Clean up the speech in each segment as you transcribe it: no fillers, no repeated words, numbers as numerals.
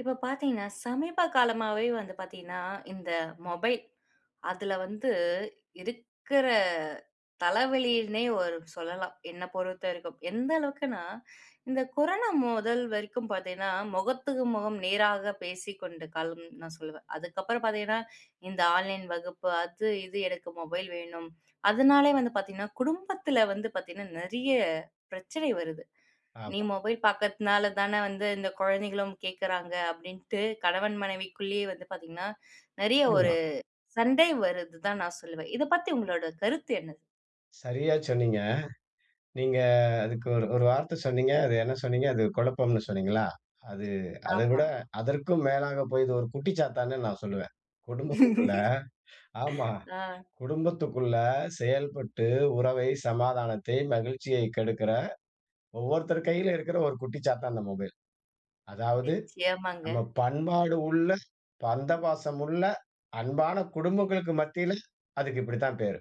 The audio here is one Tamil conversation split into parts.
இப்ப பாத்தீங்கன்னா, சமீப காலமாவே வந்து பாத்தீங்கன்னா, இந்த மொபைல் அதுல வந்து இருக்கிற தலைவலின்னே ஒரு சொல்லலாம். என்ன பொறுத்தவரைக்கும். எந்த அளவுக்குன்னா, இந்த கொரோனா முதல் வரைக்கும் பாத்தீங்கன்னா, முகத்துக்கு முகம் நேராக பேசிக்கொண்ட காலம் நான் சொல்லுவேன். அதுக்கப்புறம் பாத்தீங்கன்னா, இந்த ஆன்லைன் வகுப்பு அது இது எனக்கு மொபைல் வேணும். அதனாலே வந்து பாத்தீங்கன்னா, குடும்பத்துல வந்து பாத்தீங்கன்னா, நெறைய பிரச்சனை வருது. நீ ஆமா, மொபைல் பாக்கிறதுனால தானே வந்து இந்த குழந்தைகளும் கேட்குறாங்க அப்படின்ட்டு கணவன் மனைவிக்குள்ளேயே வந்து பார்த்தீங்கன்னா, நெறைய ஆமா. ஒரு சண்டை வருதுதான் நான் சொல்லுவேன். இத பத்தி உங்களோட கருத்து என்னது? சரியா சொன்னீங்க. நீங்க அதுக்கு ஒரு ஒரு வார்த்தை சொன்னீங்க. அது என்ன சொன்னீங்க? அது குழப்பம்னு சொன்னீங்களா? அது அத விட ஆமா. அதற்கும் மேலாக போய் இது ஒரு குட்டிச்சாத்தான்னு நான் சொல்லுவேன். குடும்பத்துக்குள்ள ஆமா. ஆ குடும்பத்துக்குள்ள செயல்பட்டு உறவை, சமாதானத்தை, மகிழ்ச்சியை கெடுக்கிற ஒவ்வொருத்தர் கையில இருக்கிற ஒரு குட்டிச்சாத்தான் அந்த மொபைல். அதாவது நிச்சயமாங்க. நம்ம பண்பாடு உள்ள, பந்தபாசம் உள்ள, அன்பான குடும்பங்களுக்கு மத்தியில அதுக்கு இப்படித்தான் பேரு.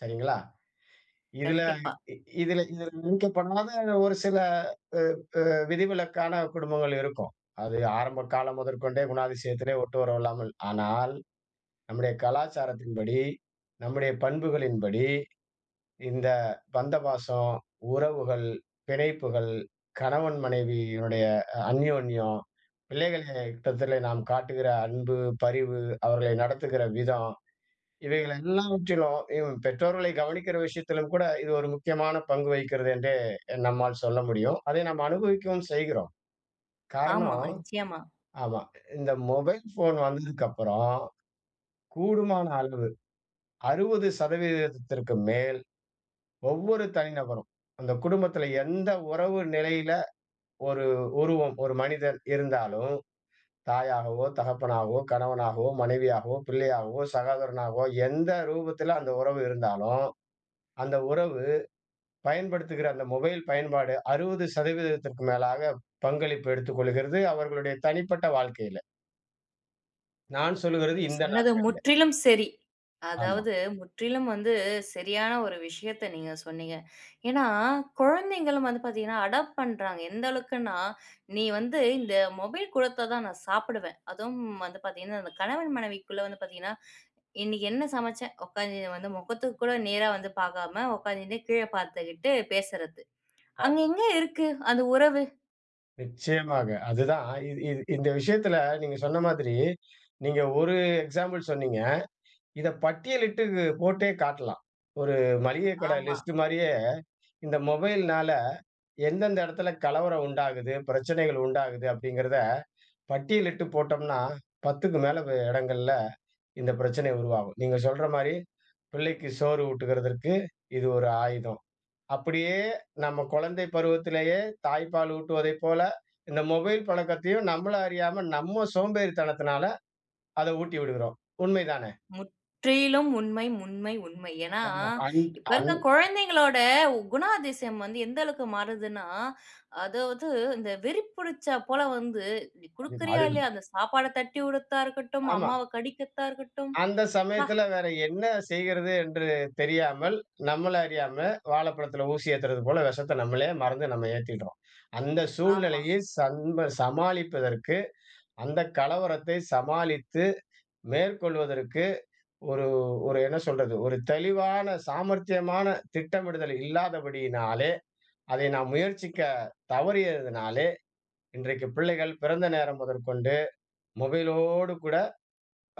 சரிங்களா? இதுல கண்டிப்பா. இ இதுல இதுல விதிக்கப்படாத ஒரு சில அ விதிவிலக்கான குடும்பங்கள் இருக்கும். அது ஆரம்ப காலம் முதற்கொண்டே குணாதிசயத்திலே ஒட்டு உறவு இல்லாமல். ஆனால் நம்முடைய கலாச்சாரத்தின்படி, நம்முடைய பண்புகளின்படி இந்த பந்தபாசம், உறவுகள், பிணைப்புகள், கணவன் மனைவியினுடைய அந்யோன்யம், பிள்ளைகள் இடத்திலே நாம் காட்டுகிற அன்பு, பரிவு, அவர்களை நடத்துகிற விதம் இவைகள் எல்லாவற்றிலும் பெற்றோர்களை கவனிக்கிற விஷயத்திலும் கூட இது ஒரு முக்கியமான பங்கு வகிக்கிறது என்றே நம்மால் சொல்ல முடியும். அதை நாம் அனுபவிக்கவும் செய்கிறோம். ஆமா, காரணம் நிச்சயமா. ஆமா. இந்த மொபைல் ஃபோன் வந்ததுக்கப்புறம் கூடுமான அளவு 60% மேல் ஒவ்வொரு தனிநபரும், அந்த குடும்பத்தில எந்த உறவு நிலையில ஒரு உருவம், ஒரு மனிதன் இருந்தாலும், தாயாகவோ, தகப்பனாகவோ, கணவனாகவோ, மனைவியாகவோ, பிள்ளையாகவோ, சகோதரனாகவோ எந்த ரூபத்தில அந்த உறவு இருந்தாலும், அந்த உறவு பயன்படுத்துகிற அந்த மொபைல் பயன்பாடு 60% மேலாக பங்களிப்பு எடுத்துக்கொள்கிறது அவர்களுடைய தனிப்பட்ட வாழ்க்கையில. நான் சொல்லுகிறது நீங்க இந்த சொன்னது நாட்களில. முற்றிலும் சரி. ஆமா. அதாவது முற்றிலும் வந்து சரியான ஒரு விஷயத்த நீங்க சொன்னீங்க. ஏன்னா, குழந்தைங்களும் வந்து பார்த்தீங்கன்னா, அடாப்ட் பண்றாங்க. எந்த அளவுக்குன்னா, "நீ வந்து இந்த மொபைல் குடுத்தா தான் நான் சாப்பிடுவேன்." அதுவும் வந்து பார்த்தீங்கன்னா, அந்த கணவன் மனைவிக்குள்ள வந்து பார்த்தீங்கன்னா, "இன்னைக்கு என்ன சமைச்சேன்?" உட்காந்து வந்து முகத்துக்கு கூட நேரா வந்து பார்க்காம உட்காந்துட்டு கீழ பார்த்துக்கிட்டு பேசுறது. அங்க ஆமா. எங்க இருக்கு அந்த உறவு? நிச்சயமாக. அதுதான் இது இது இந்த விஷயத்துல நீங்க சொன்ன மாதிரி, நீங்க ஒரு எக்ஸாம்பிள் சொன்னீங்க. இத பட்டியலிட்டு போட்டே காட்டலாம். ஒரு மளிகை கடை ஆமா. லிஸ்ட் மாரியே இந்த மொபைல்னால எந்தெந்த இடத்துல கலவரம் உண்டாகுது, பிரச்சனைகள் உண்டாகுது அப்படிங்கிறத பட்டியலிட்டு போட்டோம்னா 10க்கு மேல இடங்கள்ல இந்த பிரச்சனை உருவாகும். நீங்க சொல்ற மாரி, பிள்ளைக்கு சோறு ஊட்டுகிறதற்கு இது ஒரு ஆயுதம். அப்படியே நம்ம குழந்தை பருவத்திலேயே தாய்ப்பால் ஊட்டுவதைப் போல, இந்த மொபைல் பழக்கத்தையும் நம்மள அறியாம நம்ம சோம்பேறித்தனத்தினால அத ஊட்டி விடுகிறோம். உண்மைதானே? முற்றிலும் உண்மை, உண்மை, உண்மை. ஏன்னா, ஆமா. அந் இப்ப அந் இருக்க குழந்தைங்களோட குணாதிசயம் வந்து எந்த அளவுக்கு மாறுதுன்னா, அதாவது இந்த வெறி புடிச்சா போல வந்து, "நீ அதுதான், குடுக்குறியா அதுதான். இல்லையா?" அந்த சாப்பாட தட்டி உடத்தா இருக்கட்டும், ஆமா. அம்மாவ கடிக்கத்தா இருக்கட்டும். அந்த பா! சமயத்துல வேற என்ன செய்கிறது என்று தெரியாமல், நம்மள அறியாம வாழைப்பழத்தில ஊசி ஏத்துறது போல விஷத்த நம்மளே மறந்து நம்ம ஏத்திடுறோம். அந்த ஆமா. சூழ்நிலையை சமாளிப்பதற்கு அந்த கலவரத்தை சமாளித்து மேற்கொள்வதற்கு ஒரு ஒரு என்ன சொல்றது? ஒரு தெளிவான, சாமர்த்தியமான திட்டமிடுதல் இல்லாதபடியினாலே, அதை நாம் முயற்சிக்க தவறியதினாலே, இன்றைக்கு பிள்ளைகள் பிறந்த நேரம் முதற்கொண்டு மொபைலோடு கூட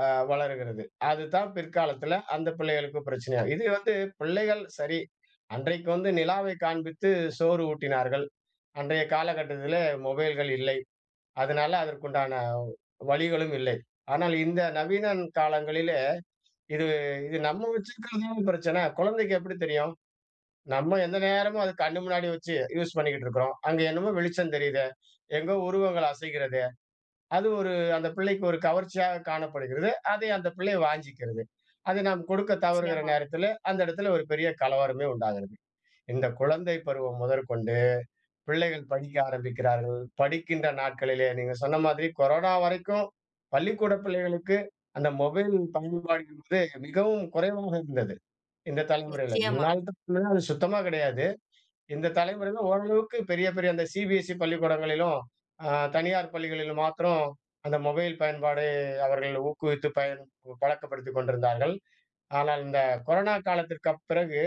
அ வளருகிறது. அதுதான் பிற்காலத்துல அந்த பிள்ளைகளுக்கு பிரச்சனையா இது வந்து பிள்ளைகள் சரி, அன்றைக்கு வந்து நிலாவை காண்பித்து சோறு ஊட்டினார்கள். அன்றைய காலகட்டத்திலே மொபைல்கள் இல்லை. அதனால அதற்குண்டான வழிகளும் இல்லை. ஆனால் இந்த நவீன காலங்களிலே இது இது நம்ம வச்சிருக்கிறதுதான் பிரச்சனை. குழந்தைக்கு எப்படி தெரியும்? நம்ம எந்த நேரமும் அது கண்ணு முன்னாடி வச்சு யூஸ் பண்ணிக்கிட்டு இருக்கிறோம். அங்க என்னமோ வெளிச்சம் தெரியுதே, எங்கோ உருவங்கள் அசைகிறது. அது ஒரு அந்த பிள்ளைக்கு ஒரு கவர்ச்சியாக காணப்படுகிறது. அதை அந்த பிள்ளை வாஞ்சிக்கிறது. அதை நாம் கொடுக்க தவறுகிற நிச்சயமா, நேரத்திலே, அந்த இடத்துல ஒரு பெரிய கலவரமே உண்டாகிறது. இந்த குழந்தை பருவம் முதற்கொண்டு பிள்ளைகள் படிக்க ஆரம்பிக்கிறார்கள். படிக்கின்ற நாட்களிலே நீங்க சொன்ன மாதிரி கொரோனா வரைக்கும் பள்ளிக்கூட பிள்ளைகளுக்கு அந்த மொபைல் பயன்பாடு என்பது மிகவும் குறைவாக இருந்தது. இந்த தலைமுறையில. நிச்சயமா. முன்னால அது சுத்தமா கிடையாது. இந்த தலைமுறையில ஓரளவுக்கு பெரிய பெரிய அந்த சிபிஎஸ்இ பள்ளிக்கூடங்களிலும், அ தனியார் பள்ளிகளிலும் மாத்திரம் அந்த மொபைல் பயன்பாடு அவர்கள் ஊக்குவித்து பழக்கப்படுத்திக் கொண்டிருந்தார்கள். ஆனால் இந்த கொரோனா காலத்திற்கு பிறகு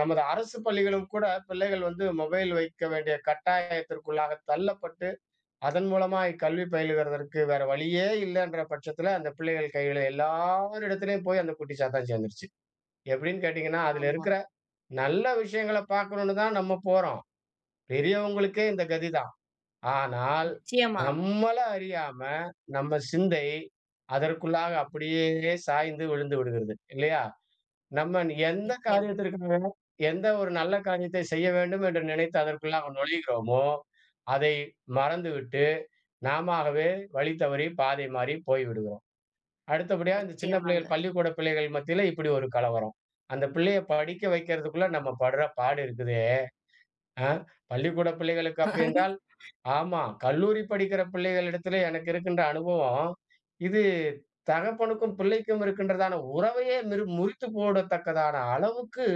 நமது அரசு பள்ளிகளும் கூட பிள்ளைகள் வந்து மொபைல் வைக்க வேண்டிய கட்டாயத்திற்குள்ளாக தள்ளப்பட்டு, அதன் மூலமா கல்வி பயிலுகிறதற்கு வேற வழியே இல்லன்ற பட்சத்துல, அந்த பிள்ளைகள் கையில எல்லாரிடத்திலயும் போய் அந்த குட்டி சாத்தான் சேர்ந்துருச்சு. எப்படின்னு கேட்டீங்கன்னா, அதுல ஆமா. இருக்கிற நல்ல விஷயங்கள பார்க்கணும்னு தான் நம்ம போறோம். பெரியவங்களுக்கே இந்த கதிதான். ஆனால், நிச்சயமா, நம்மள அறியாம நம்ம சிந்தை அதற்குள்ளாக அப்படியே சாய்ந்து விழுந்து விடுகிறது. இல்லையா? நம்ம எந்த நிச்சயம், காரியத்திற்காக, எந்த ஒரு நல்ல காரியத்தை செய்ய வேண்டும் என்று நினைத்து அதற்குள்ளாக நுழைகிறோமோ, அதை மறந்துவிட்டு, நாமாகவே வழி தவறி, பாதை மாறி போய்விடுகிறோம். அடுத்தபடியா இந்த சின்ன நிச்சயமாங்க. பிள்ளைகள், பள்ளிக்கூட பிள்ளைகள் மத்தியில இப்படி ஒரு கலவரம். அந்த பிள்ளைய படிக்க வைக்கிறதுக்குள்ள நம்ம படுற பாடு இருக்குதே! ஆ பள்ளிக்கூட பிள்ளைகளுக்கு அப்படி என்றால் ஆமா. கல்லூரி படிக்கிற பிள்ளைகளிடத்திலே எனக்கு இருக்கின்ற அனுபவம், இது தகப்பனுக்கும், பிள்ளைக்கும் இருக்கின்றதான உறவையே முறித்து போடத்தக்கதான அளவுக்கு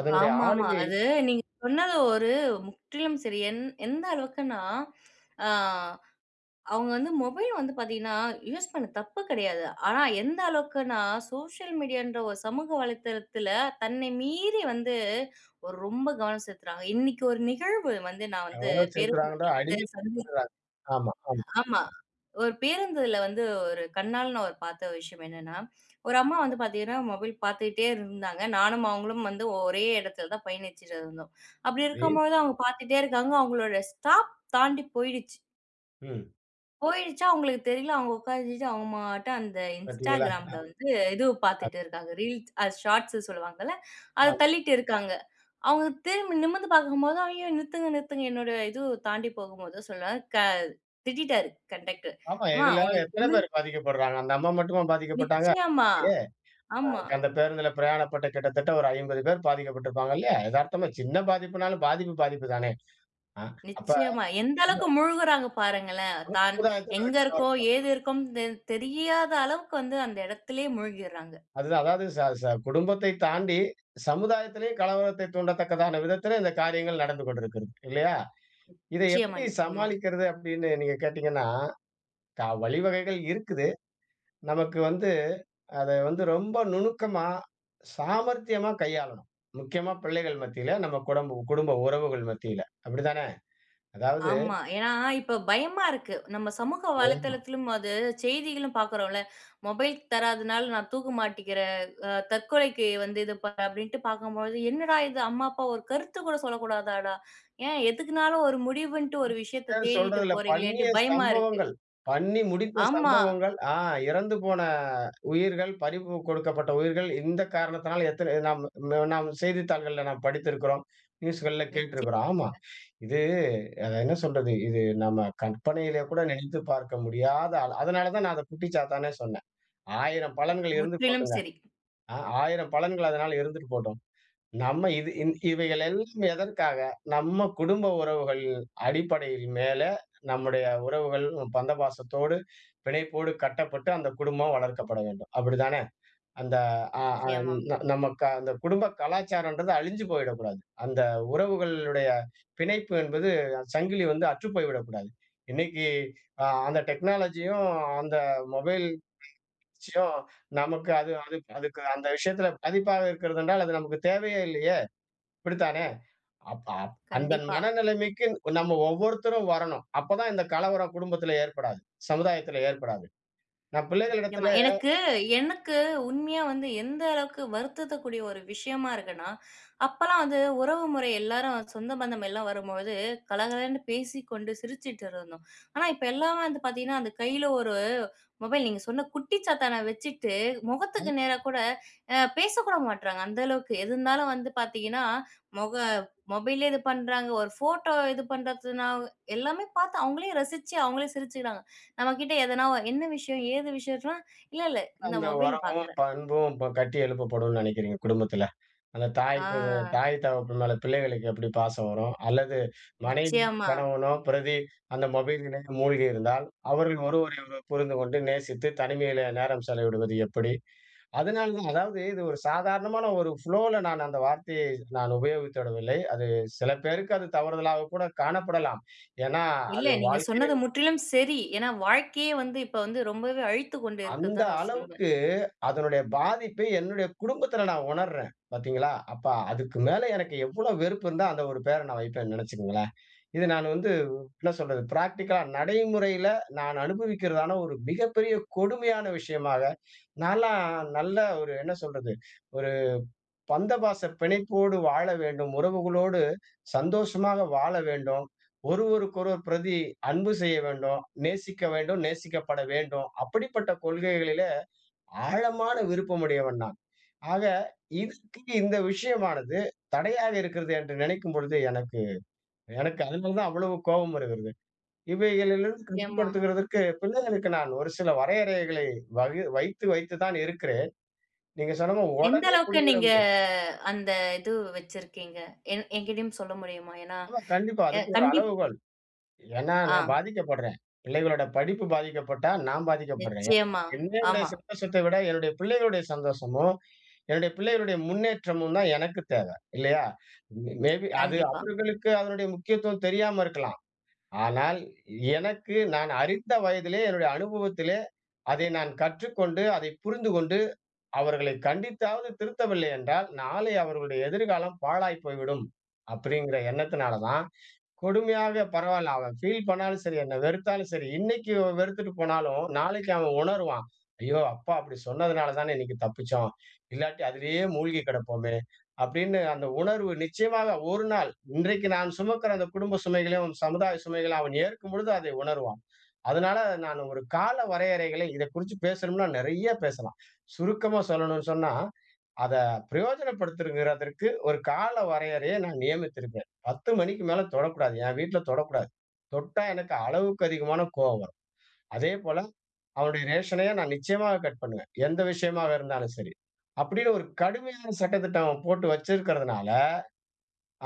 அதனுடைய ஆமாமா. ஆளுகை அது நீங்க சொன்னது ஒரு முற்றிலும் சரி. என் எந்த அளவுக்குன்னா, ஆ அவங்க வந்து மொபைல் வந்து பார்த்தீங்கன்னா, யூஸ் பண்ண தப்பு கிடையாது. ஆனா எந்த அளவுக்குன்னா, சோஷியல் மீடியான்ற ஒரு சமூக வலைத்தளத்தில தன்னை மீறி வந்து ஒரு ரொம்ப கவனம் செலுத்துறாங்க. இன்னைக்கு ஒரு நிகழ்வு வந்து நான் வந்து கவனம் பேருந்துல செலுத்துறாங்கன்ற வந்து அடிமைப்படுத்துறாங்க. ஆமா, ஆமா. ஆமா. ஒரு பேருந்துல வந்து ஒரு கண்ணால நான் ஒரு பார்த்த விஷயம் என்னன்னா, ஒரு அம்மா வந்து பார்த்தீங்கன்னா, மொபைல் பார்த்துக்கிட்டே இருந்தாங்க. நானும் அவங்களும் வந்து ஒரே இடத்துல தான் பயணிச்சுட்டு இருந்தோம். அப்படி சரி. இருக்கும்பொழுது அவங்க பார்த்துட்டே இருக்காங்க. அவங்களோட ஸ்டாப் தாண்டி போயிடுச்சு. ம். போயிடுச்சா அவங்களுக்கு தெரியல. அவங்க உட்காந்துட்டு அவங்க மாட்டும் அந்த பார்த்தீங்களா? Instagramல வந்து இது பார்த்துட்டு அது இருக்காங்க. ரீல்ஸ் அது ஷார்ட்ஸ்ன்னு சொல்லுவாங்கல்ல. அத ஆ தள்ளிட்டு இருக்காங்க. அவங்க திரும்பி நிமிர்ந்து பார்க்கும்போது, "ஐயோ! நிறுத்துங்க, நிறுத்துங்க." என்னோட இது தாண்டி போகும்போது சொல்ல க திட்டிட்டாரு கண்டக்டர். ஆமா. "அம்மா இதுல உனக்கு எத்தன பேர் பாதிக்கப்படுறாங்க? அந்த அம்மா மட்டுமா பாதிக்கப்பட்டாங்க? நிச்சயமா இல்லையே. ஆமா. அந்த பேருந்துல பிரயாணப்பட்ட கிட்டத்தட்ட ஒரு 50 பேர் பாதிக்கப்பட்டிருப்பாங்க இல்லையா? எதார்த்தமா சின்ன பாதிப்புனாலும் பாதிப்பு, பாதிப்பு தானே! ஆ அப்ப நிச்சயமா. எந்த நம்ம அளவுக்கு முழுகுறாங்க பாருங்களேன். தான் சமுதாயத்துல அது எங்க இருக்கோம், கலவரம். ஏது இருக்கோம்ன்னு தெரியாத அளவுக்கு வந்து அந்த இடத்திலேயே மூழ்கிடுறாங்க. அதுதான் அதாவது ச ச குடும்பத்தை தாண்டி சமுதாயத்திலேயே கலவரத்தை தூண்டத்தக்கதான விதத்தில இந்த காரியங்கள் நடந்து கொண்டிருக்கிறது. இல்லையா? இதை நிச்சயமா, எப்படி நிச்சயமா." சமாளிக்கிறது அப்படின்னு நீங்க கேட்டீங்கன்னா வழிவகைகள் இருக்குது. நமக்கு வந்து அத வந்து ரொம்ப நுணுக்கமா, சாமர்த்தியமா கையாளணும். முக்கியமா பிள்ளைகள் மத்தியில, நம்ம குடும்ப உறவுகள் மத்தியில. அப்படித்தானே? ஆமா. ஏன்னா, இப்ப பயமா இருக்கு. நம்ம சமூக அதாவது வலைத்தளத்திலும் அது செய்திகளும் பார்க்குறோம்ல. மொபைல் தராதனால நான் தூக்க மாட்டிக்கிறேன். தற்கொலைக்கு வந்து இது அப்படின்ட்டு பார்க்கும்பொழுது, என்னடா இது அம்மா, அப்பா ஒரு கருத்து கூட சொல்லக்கூடாதாடா? ஏன் எதுக்குனாலும் ஒரு முடிவுன்ட்டு ஒரு விஷயத்த அதான் தேடிட்டு சொல்றேன்ல. போறீங்களேன்ட்டு பண்ணிய பயமா இருக்கு. சம்பவங்கள். பண்ணி முடித்த ஆமா. சம்பவங்கள். இறந்து போன உயிர்கள், பறிவு கொடுக்கப்பட்ட உயிர்கள் இந்த காரணத்தினால எத்தனை நாம் நாம் செய்தித்தாள்கள்ல நாம் படித்திருக்கிறோம். நியூஸ்கள்ல நிச்சயம். கேட்டிருக்கிறோம். ஆமா. இது அத என்ன சொல்றது? இது நம்ம கற்பனையிலே கூட நினைத்து பார்க்க முடியாத அதனால தான் நான் அத குட்டிச்சாத்தானே சொன்னேன். 1000 பலன்கள் இருந்து முற்றிலும் போட்டுங்க. சரி. ஆ 1000 பலன்கள் அதனால இருந்துட்டு போட்டும். நம்ம இது இந் இவைகள் எல்லாம் எதற்காக? நம்ம குடும்ப உறவுகள் அடிப்படையில் மேல நம்முடைய உறவுகள் பந்த பாசத்தோடு, பிணைப்போடு கட்டப்பட்டு அந்த குடும்பம் வளர்க்கப்பட வேண்டும். அப்படிதானே? அந்த அ அ நிச்சயமா. ந நம்ம க அந்த குடும்ப கலாச்சாரம்ன்றது அழிஞ்சு போயிடக்கூடாது. அந்த உறவுகளுடைய பிணைப்பு என்பது சங்கிலி வந்து அற்று போய்விடக்கூடாது. இன்னைக்கு அந்த டெக்னாலஜியும், அந்த மொபைல் ச்சியும் நமக்கு அது அது அதுக்கு அந்த விஷயத்துல பாதிப்பாக இருக்கிறது என்றால், அது நமக்கு தேவையே இல்லையே! இப்படித்தானே? அப்ப அப் அந்த கண்டிப்பா. மனநிலைமைக்கு நம்ம ஒவ்வொருத்தரும் வரணும். அப்பதான் இந்த கலவரம் குடும்பத்தில ஏற்படாது. சமுதாயத்தில ஏற்படாது. நான் பிள்ளைகளிடத்தில நிச்சயமா. எனக்கு எனக்கு உண்மையா வந்து எந்த அளவுக்கு வருத்தத்தக்கூடிய ஒரு விஷயமா இருக்குன்னா, அப்பலாம் வந்து உறவு முறை எல்லாரும் சொந்த பந்தம் எல்லாம் வரும்பொழுது கலகலன்னு பேசிக்கொண்டு சிரிச்சுட்டு இருந்தோம். ஆனா இப்ப எல்லாம் வந்து பார்த்தீங்கன்னா, அந்த கையில ஒரு மொபைல் நீங்க சொன்ன குட்டி சாத்தான வச்சுட்டு முகத்துக்கு நேரா கூட பேசக்கூட மாட்றாங்க. அந்த அளவுக்கு. எது இருந்தாலும் வந்து பார்த்தீங்கன்னா, மொக மொபைலே இது பண்றாங்க. ஒரு ஃபோட்டோ இது பண்றதுனா எல்லாமே பார்த்து அவங்களே ரசிச்சு, அவங்களே சிரிச்சுக்கிறாங்க. நம்மகிட்ட எதனா என்ன விஷயம்? ஏது விஷயம்னா இல்ல, இல்ல. இந்த அந்த மொபைல்ல உறவும், பாக்குறேன். பண்பும் இப்ப கட்டி எழுப்பப்படும்னு நினைக்கிறீங்க குடும்பத்துல? அந்த ஆ தாய்க்கு தாய் தகப்பன் மேல பிள்ளைகளுக்கு எப்படி பாசம் வரும்? அல்லது மனைவியோ, நிச்சயமா. கணவனோ பிரதி அந்த மொபைலிலே மூழ்கி இருந்தால், அவர்கள் ஒருவரை ஒருவர் புரிந்து கொண்டு நேசித்து தனிமையிலே நேரம் செலவிடுவது எப்படி? அதனால தான் அதாவது இது ஒரு சாதாரணமான ஒரு ஃப்ளோல நான் அந்த வார்த்தையை நான் உபயோகித்து விடவில்லை. அது சில பேருக்கு அது தவறுதலாக கூட காணப்படலாம். ஏன்னா, இல்ல அது நீங்க வாழ்க்கை சொன்னது முற்றிலும் சரி. ஏன்னா வாழ்க்கையே வந்து இப்ப வந்து ரொம்பவே அழித்துக் கொண்டு இருக்குன்னு அந்த தான் நான் சொல்லுவேன். அளவுக்கு அதனுடைய பாதிப்பை என்னுடைய குடும்பத்துல நான் உணர்றேன். பார்த்தீங்களா? அப்ப அதுக்கு மேல எனக்கு எவ்ளோ வெறுப்பு இருந்தா அந்த ஒரு பேர நான் வைப்பேன்னு நெனச்சுக்கங்களேன். இது நான் வந்து என்ன சொல்றது? பிராக்டிகலா நடைமுறையில நான் அனுபவிக்கிறதான ஒரு மிகப்பெரிய கொடுமையான விஷயமாக, நான்லாம் நல்ல ஒரு என்ன சொல்றது? ஒரு பந்தபாச பிணைப்போடு வாழ வேண்டும். உறவுகளோடு சந்தோஷமாக வாழ வேண்டும். ஒருவருக்கொருவர் பிரதி அன்பு செய்ய வேண்டும். நேசிக்க வேண்டும், நேசிக்கப்பட வேண்டும். அப்படிப்பட்ட கொள்கைகளிலே ஆழமான விருப்பமுடையவன் நான். ஆக இதுக்கு இந்த விஷயமானது தடையாக இருக்கிறது என்று நினைக்கும் பொழுது எனக்கு எனக்கு அதனால தான் அவ்வளவு கோபம் வருகிறது. இவைகளிலிருந்து நிச்சயமா. கட்டுப்படுத்துகிறதற்கு பிள்ளைகளுக்கு நான் ஒரு சில வரையறைகளை வைத்து வைத்து தான் இருக்கிறேன். நீங்க சொன்ன மாரி எந்த உடனே அளவுக்கு பிடிங்கிட நீங்க முடியாது. அந்த இது வச்சிருக்கீங்க? என் என்கிட்டயும் சொல்ல முடியுமா? ஏன்னா, ஆமா, கண்டிப்பா. எ அதுக்கு ஒரு கண்டிப் அளவுகோல். ஏன்னா நான் ஆ பாதிக்கப்படுறேன். பிள்ளைகளோட படிப்பு பாதிக்கப்பட்டா நான் பாதிக்கப்படுறேன். நிச்சயமா. என்னுடைய ஆமா. சந்தோஷத்தை விட என்னுடைய பிள்ளைகளுடைய சந்தோஷமும், என்னுடைய பிள்ளைகளுடைய முன்னேற்றமும் தான் எனக்கு தேவை. இல்லையா? மேபி அது கண்டிப்பா. அவர்களுக்கு அதனுடைய முக்கியத்துவம் தெரியாம இருக்கலாம். ஆனால் எனக்கு நான் அறிந்த வயதிலே, என்னுடைய அனுபவத்திலே அதை நான் கற்றுக்கொண்டு, அதை புரிந்துகொண்டு, அவர்களை கண்டித்தாவது திருத்தவில்லை என்றால், நாளை அவர்களுடைய எதிர்காலம் பாழாய் போய்விடும். அப்படிங்கிற எண்ணத்தினால தான் கொடுமையாக பரவால்ல. அவன் ஃபீல் பண்ணாலும் சரி, என்ன வெறுத்தாலும் சரி, இன்னைக்கு இவன் வெறுத்துட்டு போனாலும், நாளைக்கு அவன் உணருவான். ஐயோ! அப்பா அப்படி சொன்னதுனால தானே இன்னைக்கு தப்பிச்சோம். இல்லாட்டி அதிலேயே மூழ்கி கிடப்போமே! அப்படின்னு அந்த உணர்வு நிச்சயமாக ஒரு நாள், இன்றைக்கு நான் சுமக்கிற அந்த குடும்ப சுமைகளையும், சமுதாய சுமைகளையும் அவன் ஏற்கும் பொழுது அதை உணருவான். அதனால நான் ஒரு கால வரையறைகளை இத குறிச்சு பேசணும்னா நெறைய பேசலாம். சுருக்கமா சொல்லணும்னு சொன்னா, அத பிரயோஜனப்படுத்துங்கிறதற்கு ஒரு கால வரையறைய நான் நியமித்திருப்பேன். 10 மணிக்கு மேல தொடக்கூடாது. என் வீட்ல தொடக்கூடாது. தொட்டா எனக்கு அளவுக்கு அதிகமான கோவம் வரும். அதேபோல அவனுடைய ரேஷனையும் நான் நிச்சயமாக கட் பண்ணுவேன். எந்த விஷயமாக இருந்தாலும் சரி. அப்படின்னு ஒரு கடுமையான சட்டத்திட்டம் போட்டு வச்சிருக்கிறதுனால,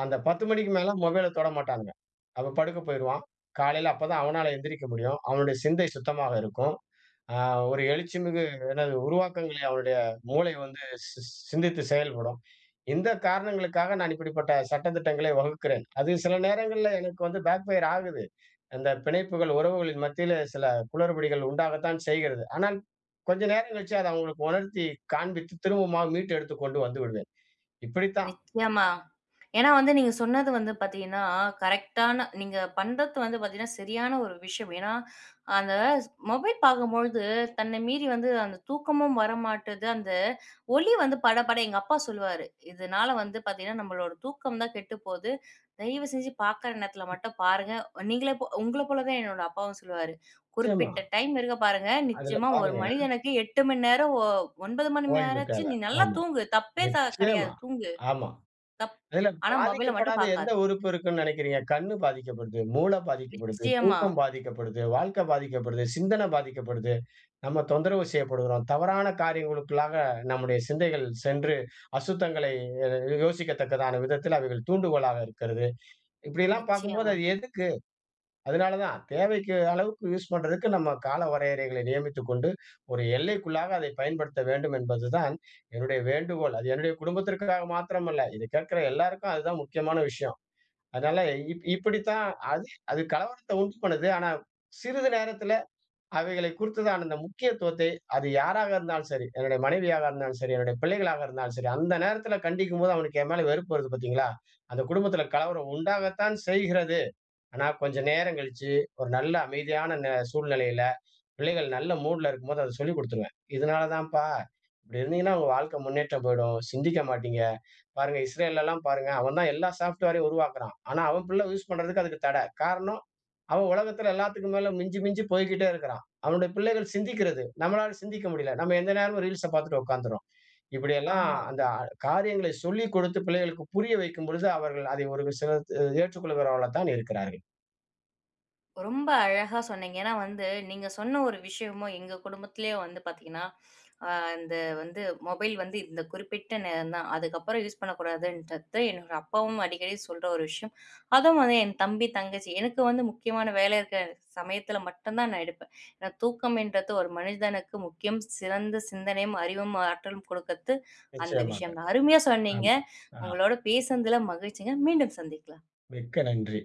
அந்த 10 மணிக்கு மேல மொபைல தொட மாட்டானுங்க. அவன் படுக்க போயிருவான். காலையில அப்பதான் அவனால எந்திரிக்க முடியும். அவனுடைய சிந்தை சுத்தமாக இருக்கும். ஆ ஒரு எழுச்சிமிகு எனது உருவாக்கங்களை அவருடைய மூளை வந்து சிந்தித்து செயல்படும். இந்த காரணங்களுக்காக நான் இப்படிப்பட்ட சட்டதிட்டங்களை வகுக்கிறேன். அது சில நேரங்கள்ல எனக்கு வந்து பேக் ஃபயர் ஆகுது. அந்த பிணைப்புகள், உறவுகளின் மத்தியில சில குளறுபடிகள் உண்டாகத்தான் செய்கிறது. ஆனால் கொஞ்ச நேரம் கழிச்சு அத அவங்களுக்கு உணர்த்தி காண்பித்து திரும்பமா மீட்டு எடுத்து கொண்டு வந்து விடுவேன். இப்படித்தான். நிச்சயமா. ஏன்னா வந்து நீங்க சொன்னது வந்து பார்த்தீங்கன்னா, கரெக்ட்டான நீங்க பண்றது வந்து பார்த்தீங்கன்னா, சரியான ஒரு விஷயம். ஏன்னா, அந்த மொபைல் பார்க்கும்பொழுது தன்னை மீறி வந்து அந்த தூக்கமும் வரமாட்டுது. அந்த ஒளி வந்து படபட எங்க அப்பா சொல்லுவாரு. இதனால வந்து பார்த்தீங்கன்னா, நம்மளோட தூக்கம் தான் கெட்டு போது. தயவு செஞ்சு பார்க்குற நேரத்தில மட்டும் பாருங்க. நீங்களே போ உங்கள போல தான் என்னோட அப்பாவும் சொல்லுவாரு. நிச்சயமா. குறிப்பிட்ட டைம் இருக்க பாருங்க. அதுல நிச்சயமா ஒரு பாருங்க மனிதனுக்கு 8 மணி நேரம், 9 மணி ஓய்வு நேரமாச்சு தேவை. நீ நல்லா ஆமா. தூங்கு. தப்பே கிடையாது. நிச்சயமா. தூங்கு. ஆமா. தப் அதுல ஆனா மொபைல மட்டும் பாதிக்கப்படாத எந்த பாக்காத. உறுப்பு இருக்குன்னு நினைக்கிறீங்க? கண்ணு பாதிக்கப்படுது, மூளை பாதிக்கப்படுது, நிச்சயமா, தூக்கம் பாதிக்கப்படுது, வாழ்க்கை பாதிக்கப்படுது, சிந்தனை பாதிக்கப்படுது. நம்ம தொந்தரவு செய்யப்படுகிறோம். தவறான காரியங்களுக்குள்ளாக நம்முடைய சிந்தைகள் சென்று அசுத்தங்களை அ யோசிக்கத்தக்கதான விதத்தில் அவைகள் தூண்டுகோலாக இருக்கிறது. இப்படியெல்லாம் பார்க்கும்போது நிச்சயமா. அது எதுக்கு அதனாலதான் தேவைக்கு அளவுக்கு யூஸ் பண்றதுக்கு நம்ம கால வரையறைகளை நியமித்துக் கொண்டு ஒரு எல்லைக்குள்ளாக அதை பயன்படுத்த வேண்டும் என்பதுதான் என்னுடைய வேண்டுகோள். அது என்னுடைய குடும்பத்திற்காக மாத்திரமல்ல. இதை கேட்கிற எல்லாருக்கும் அதுதான் முக்கியமான விஷயம். அதனால இப்படித்தான் அது அது கலவரத்த உண்டு பண்ணுது. ஆனா சிறிது நேரத்துல அவைகளை குறித்துதான் அந்த முக்கியத்துவத்தை அது யாராக இருந்தாலும் சரி, என்னுடைய மனைவியாக இருந்தாலும் சரி, என்னுடைய பிள்ளைகளாக இருந்தாலும் சரி, அந்த நேரத்துல கண்டிக்கும்போது அவனுக்கு என் மேல வெறுப்பு வருது பார்த்தீங்களா? அந்த குடும்பத்துல கலவரம் உண்டாகத்தான் செய்கிறது. ஆனா கொஞ்ச நேரம் கழிச்சு, ஒரு நல்ல அமைதியான சூழ்நிலையில, பிள்ளைகள் நல்ல மூட்ல இருக்கும்போது அத சொல்லிக் குடுத்துருவேன். இதனால தான்ப்பா, இப்படி இருந்தீங்கன்னா உங்க வாழ்க்கை முன்னேற்றம் போயிடும். சிந்திக்க மாட்டீங்க. பாருங்க இஸ்ரேல்லலாம் பாருங்க, அவன் தான் எல்லா சாஃப்ட்வேரையும் உருவாக்குறான். ஆனா அவன் பிள்ளை யூஸ் பண்றதுக்கு அதுக்கு தடை. காரணம், அவன் உலகத்துல எல்லாத்துக்கும் மேல மிஞ்சி மிஞ்சி போய்க்கிட்டே இருக்கிறான். அவனுடைய பிள்ளைகள் சிந்திக்கிறது. நம்மளால சிந்திக்க முடியல. நம்ம எந்த நேரமும் ரீல்ஸ பார்த்துட்டு உட்கார்ந்துர்றோம். இப்படியெல்லாம் ஆமா. அந்த காரியங்களை சொல்லிக் கொடுத்து பிள்ளைகளுக்கு புரிய வைக்கும் பொழுது, அவர்கள் அதை ஒரு சிலர் ஏற்றுக்கொள்கிறவர்களா தான் இருக்கிறார்கள். ரொம்ப அழகா சொன்னீங்க. ஏன்னா வந்து, நீங்க சொன்ன ஒரு விஷயமும் எங்க குடும்பத்திலேயே வந்து பாத்தீங்கன்னா, அ இந்த வந்து மொபைல் வந்து இந்த குறிப்பிட்ட நேரம் தான். அதுக்கப்புறம் யூஸ் பண்ணக்கூடாதுன்றது என்னோட அப்பாவும் அடிக்கடி சொல்ற ஒரு விஷயம். அதுவும் வந்து என் தம்பி, தங்கச்சி எனக்கு வந்து முக்கியமான வேலை இருக்கிற சமயத்துல மட்டும் தான் நான் எடுப்பேன். ஏன்னா தூக்கம்ன்றது ஒரு மனிதனுக்கு முக்கியம். சிறந்த சிந்தனையும், அறிவும், ஆற்றலும் கொடுக்கறது அந்த நிச்சயமாக. விஷயம் தான். அருமையா சொன்னீங்க. ஆமா. ஆ உங்களோட பேசுனதுல மகிழ்ச்சிங்க. மீண்டும் சந்திக்கலாம். மிக்க நன்றி.